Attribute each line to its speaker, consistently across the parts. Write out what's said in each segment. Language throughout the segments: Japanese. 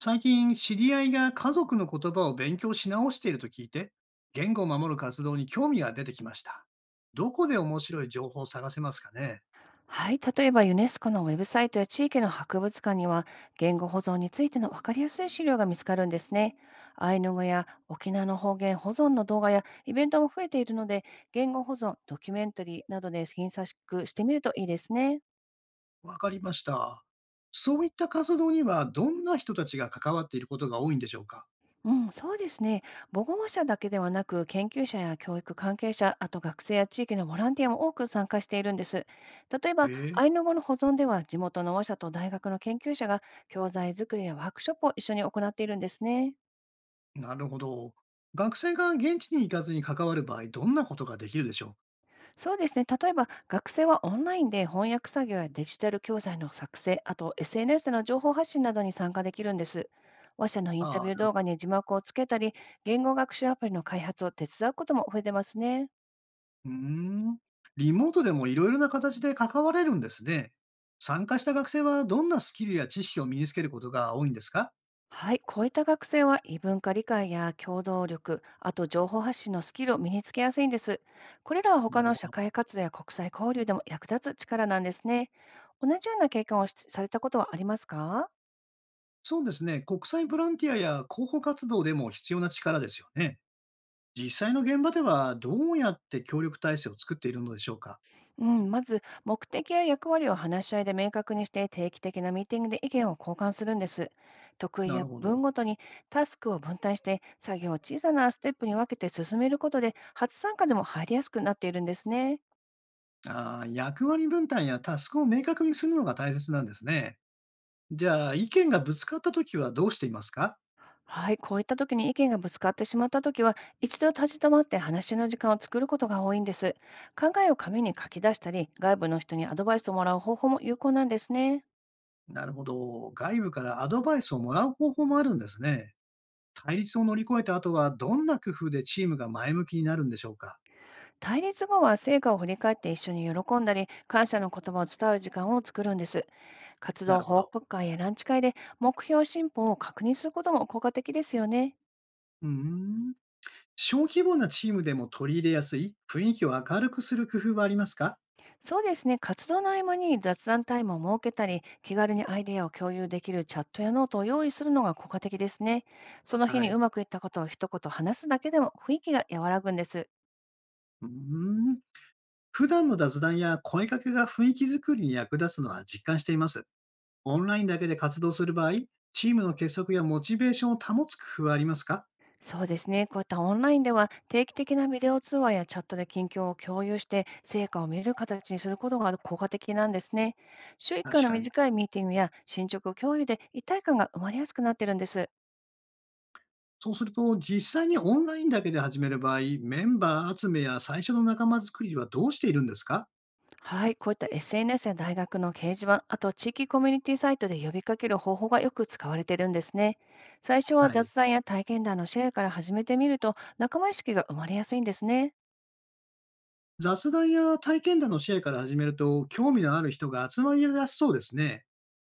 Speaker 1: 最近、知り合いが家族の言葉を勉強し直していると聞いて、言語を守る活動に興味が出てきました。どこで面白い情報を探せますかね。
Speaker 2: はい、例えばユネスコのウェブサイトや地域の博物館には言語保存についての分かりやすい資料が見つかるんですね。アイヌ語や沖縄の方言保存の動画やイベントも増えているので、言語保存、ドキュメンタリーなどで検索してみるといいですね。
Speaker 1: わかりました。そういった活動には、どんな人たちが関わっていることが多いんでしょうか。
Speaker 2: うん、そうですね。母語者だけではなく、研究者や教育関係者、あと学生や地域のボランティアも多く参加しているんです。例えば、
Speaker 1: ええ。
Speaker 2: アイヌ語の保存では、地元の話者と大学の研究者が教材作りやワークショップを一緒に行っているんですね。
Speaker 1: なるほど。学生が現地に行かずに関わる場合、どんなことができるでしょうか。
Speaker 2: そうですね。例えば、学生はオンラインで翻訳作業やデジタル教材の作成、あと SNS での情報発信などに参加できるんです。話者のインタ
Speaker 1: ああ、
Speaker 2: ビ
Speaker 1: な
Speaker 2: ュー
Speaker 1: る
Speaker 2: 動
Speaker 1: ほ
Speaker 2: 画
Speaker 1: ど。
Speaker 2: に字幕をつけたり、言語学習アプリの開発を手伝うことも増えてますね。
Speaker 1: うーん。リモートでもいろいろな形で関われるんですね。参加した学生はどんなスキルや知識を身につけることが多いんですか。
Speaker 2: はい、こういった学生は異文化理解や協働力、あと情報発信のスキルを身につけやすいんです。これらは
Speaker 1: な
Speaker 2: 他
Speaker 1: る
Speaker 2: の
Speaker 1: ほ
Speaker 2: 社
Speaker 1: ど。
Speaker 2: 会活動や国際交流でも役立つ力なんですね。同じような経験をしされたことはありますか？
Speaker 1: そうですね。国際ボランティアや広報活動でも必要な力ですよね。実際の現場ではどうやって協力体制を作っているのでしょうか。
Speaker 2: うん、まず目的や役割を話し合いで明確にして、定期的なミーティングで意見を交換するんです。得意
Speaker 1: な
Speaker 2: や
Speaker 1: るほ
Speaker 2: 分
Speaker 1: ど。
Speaker 2: ごとにタスクを分担して、作業を小さなステップに分けて進めることで、初参加でも入りやすくなっているんですね。
Speaker 1: あー、役割分担やタスクを明確にするのが大切なんですね。じゃあ、意見がぶつかったときはどうしていますか。
Speaker 2: はい、こういった時に意見がぶつかってしまった時は、一度立ち止まって話の時間を作ることが多いんです。考えを紙に書き出したり、外部の人にアドバイスをもらう方法も有効なんですね。
Speaker 1: なるほど。外部からアドバイスをもらう方法もあるんですね。対立を乗り越えた後は、どんな工夫でチームが前向きになるんでしょうか。
Speaker 2: 対立後は成果を振り返って一緒に喜んだり、感謝の言葉を伝う時間を作るんです。活
Speaker 1: な
Speaker 2: 動
Speaker 1: るほ
Speaker 2: 報
Speaker 1: ど。
Speaker 2: 告会やランチ会で目標進歩を確認することも効果的ですよね。
Speaker 1: うーん。小規模なチームでも取り入れやすい、雰囲気を明るくする工夫はありますか。
Speaker 2: そうですね、活動の合間に雑談タイムを設けたり、気軽にアイデアを共有できるチャットやノートを用意するのが効果的ですね。その日
Speaker 1: は
Speaker 2: に
Speaker 1: い。
Speaker 2: うまくいったことを一言話すだけでも雰囲気が和らぐんです。
Speaker 1: うーん。普段の雑談や声かけが雰囲気づくりに役立つのは実感しています。オンラインだけで活動する場合、チームの結束やモチベーションを保つ工夫はありますか。
Speaker 2: そうですね、こういったオンラインでは、定期的なビデオ通話やチャットで近況を共有して成果を見る形にすることが効果的なんですね。週1回
Speaker 1: 確
Speaker 2: の
Speaker 1: かに。
Speaker 2: 短いミーティングや進捗共有で一体感が生まれやすくなっているんです。
Speaker 1: そうすると、実際にオンラインだけで始める場合、メンバー集めや最初の仲間作りはどうしているんですか。
Speaker 2: はい、こういった SNS や大学の掲示板、あと地域コミュニティサイトで呼びかける方法がよく使われてるんですね。最初は
Speaker 1: は
Speaker 2: 雑
Speaker 1: い。
Speaker 2: 談や体験談のシェアから始めてみると、仲間意識が生まれやすいんですね。
Speaker 1: 雑談や体験談のシェアから始めると、興味のある人が集まりやすそうですね。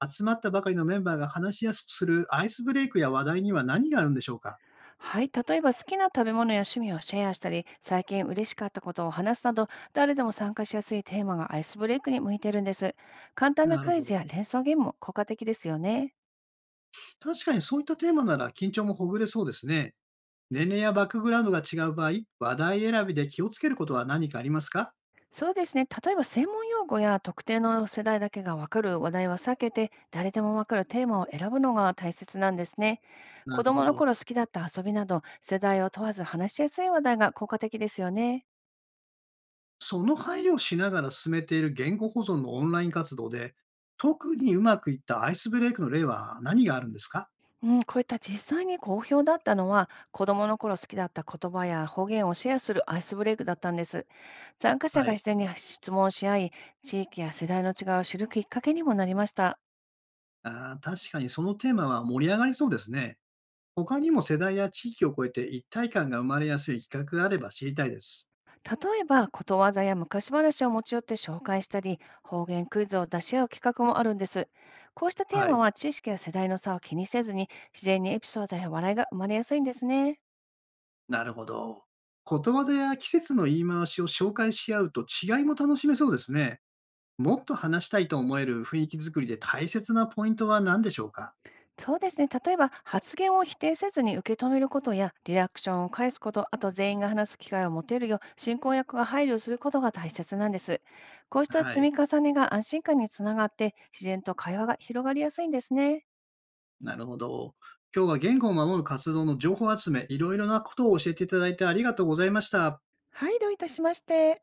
Speaker 1: 集まったばかりのメンバーが話しやすくするアイスブレイクや話題には何があるんでしょうか？
Speaker 2: はい、例えば好きな食べ物や趣味をシェアしたり、最近嬉しかったことを話すなど、誰でも参加しやすいテーマがアイスブレイクに向いてるんです。簡単な
Speaker 1: なる
Speaker 2: クイ
Speaker 1: ほど。
Speaker 2: ズや連想ゲームも効果的ですよね。
Speaker 1: 確かにそういったテーマなら緊張もほぐれそうですね。年齢やバックグラウンドが違う場合、話題選びで気をつけることは何かありますか？
Speaker 2: そうですね。例えば、専門用語や特定の世代だけがわかる話題は避けて、誰でもわかるテーマを選ぶのが大切なんですね。
Speaker 1: な
Speaker 2: 子
Speaker 1: るほ
Speaker 2: 供の
Speaker 1: ど。
Speaker 2: 頃好きだった遊びなど、世代を問わず話しやすい話題が効果的ですよね。
Speaker 1: その配慮をしながら進めている言語保存のオンライン活動で、特にうまくいったアイスブレイクの例は何があるんですか？
Speaker 2: うん、こういった実際に好評だったのは、子供の頃好きだった言葉や方言をシェアするアイスブレイクだったんです。参加者
Speaker 1: は
Speaker 2: が
Speaker 1: い。
Speaker 2: 自然に質問し合い、地域や世代の違いを知るきっかけにもなりました。
Speaker 1: ああ、確かにそのテーマは盛り上がりそうですね。他にも世代や地域を超えて一体感が生まれやすい企画があれば知りたいです。
Speaker 2: 例えば、ことわざや昔話を持ち寄って紹介したり、方言クイズを出し合う企画もあるんです。こうしたテー
Speaker 1: は
Speaker 2: マ
Speaker 1: い。
Speaker 2: は知識や世代の差を気にせずに、自然にエピソードや笑いが生まれやすいんですね。
Speaker 1: なるほど。ことわざや季節の言い回しを紹介し合うと違いも楽しめそうですね。もっと話したいと思える雰囲気作りで大切なポイントは何でしょうか。
Speaker 2: そうですね。例えば、発言を否定せずに受け止めることや、リアクションを返すこと、あと全員が話す機会を持てるよう、進行役が配慮することが大切なんです。こうした
Speaker 1: は
Speaker 2: 積
Speaker 1: い。
Speaker 2: み重ねが安心感につながって、自然と会話が広がりやすいんですね。
Speaker 1: なるほど。今日は言語を守る活動の情報集め、いろいろなことを教えていただいてありがとうございました。
Speaker 2: はい、どういたしまして。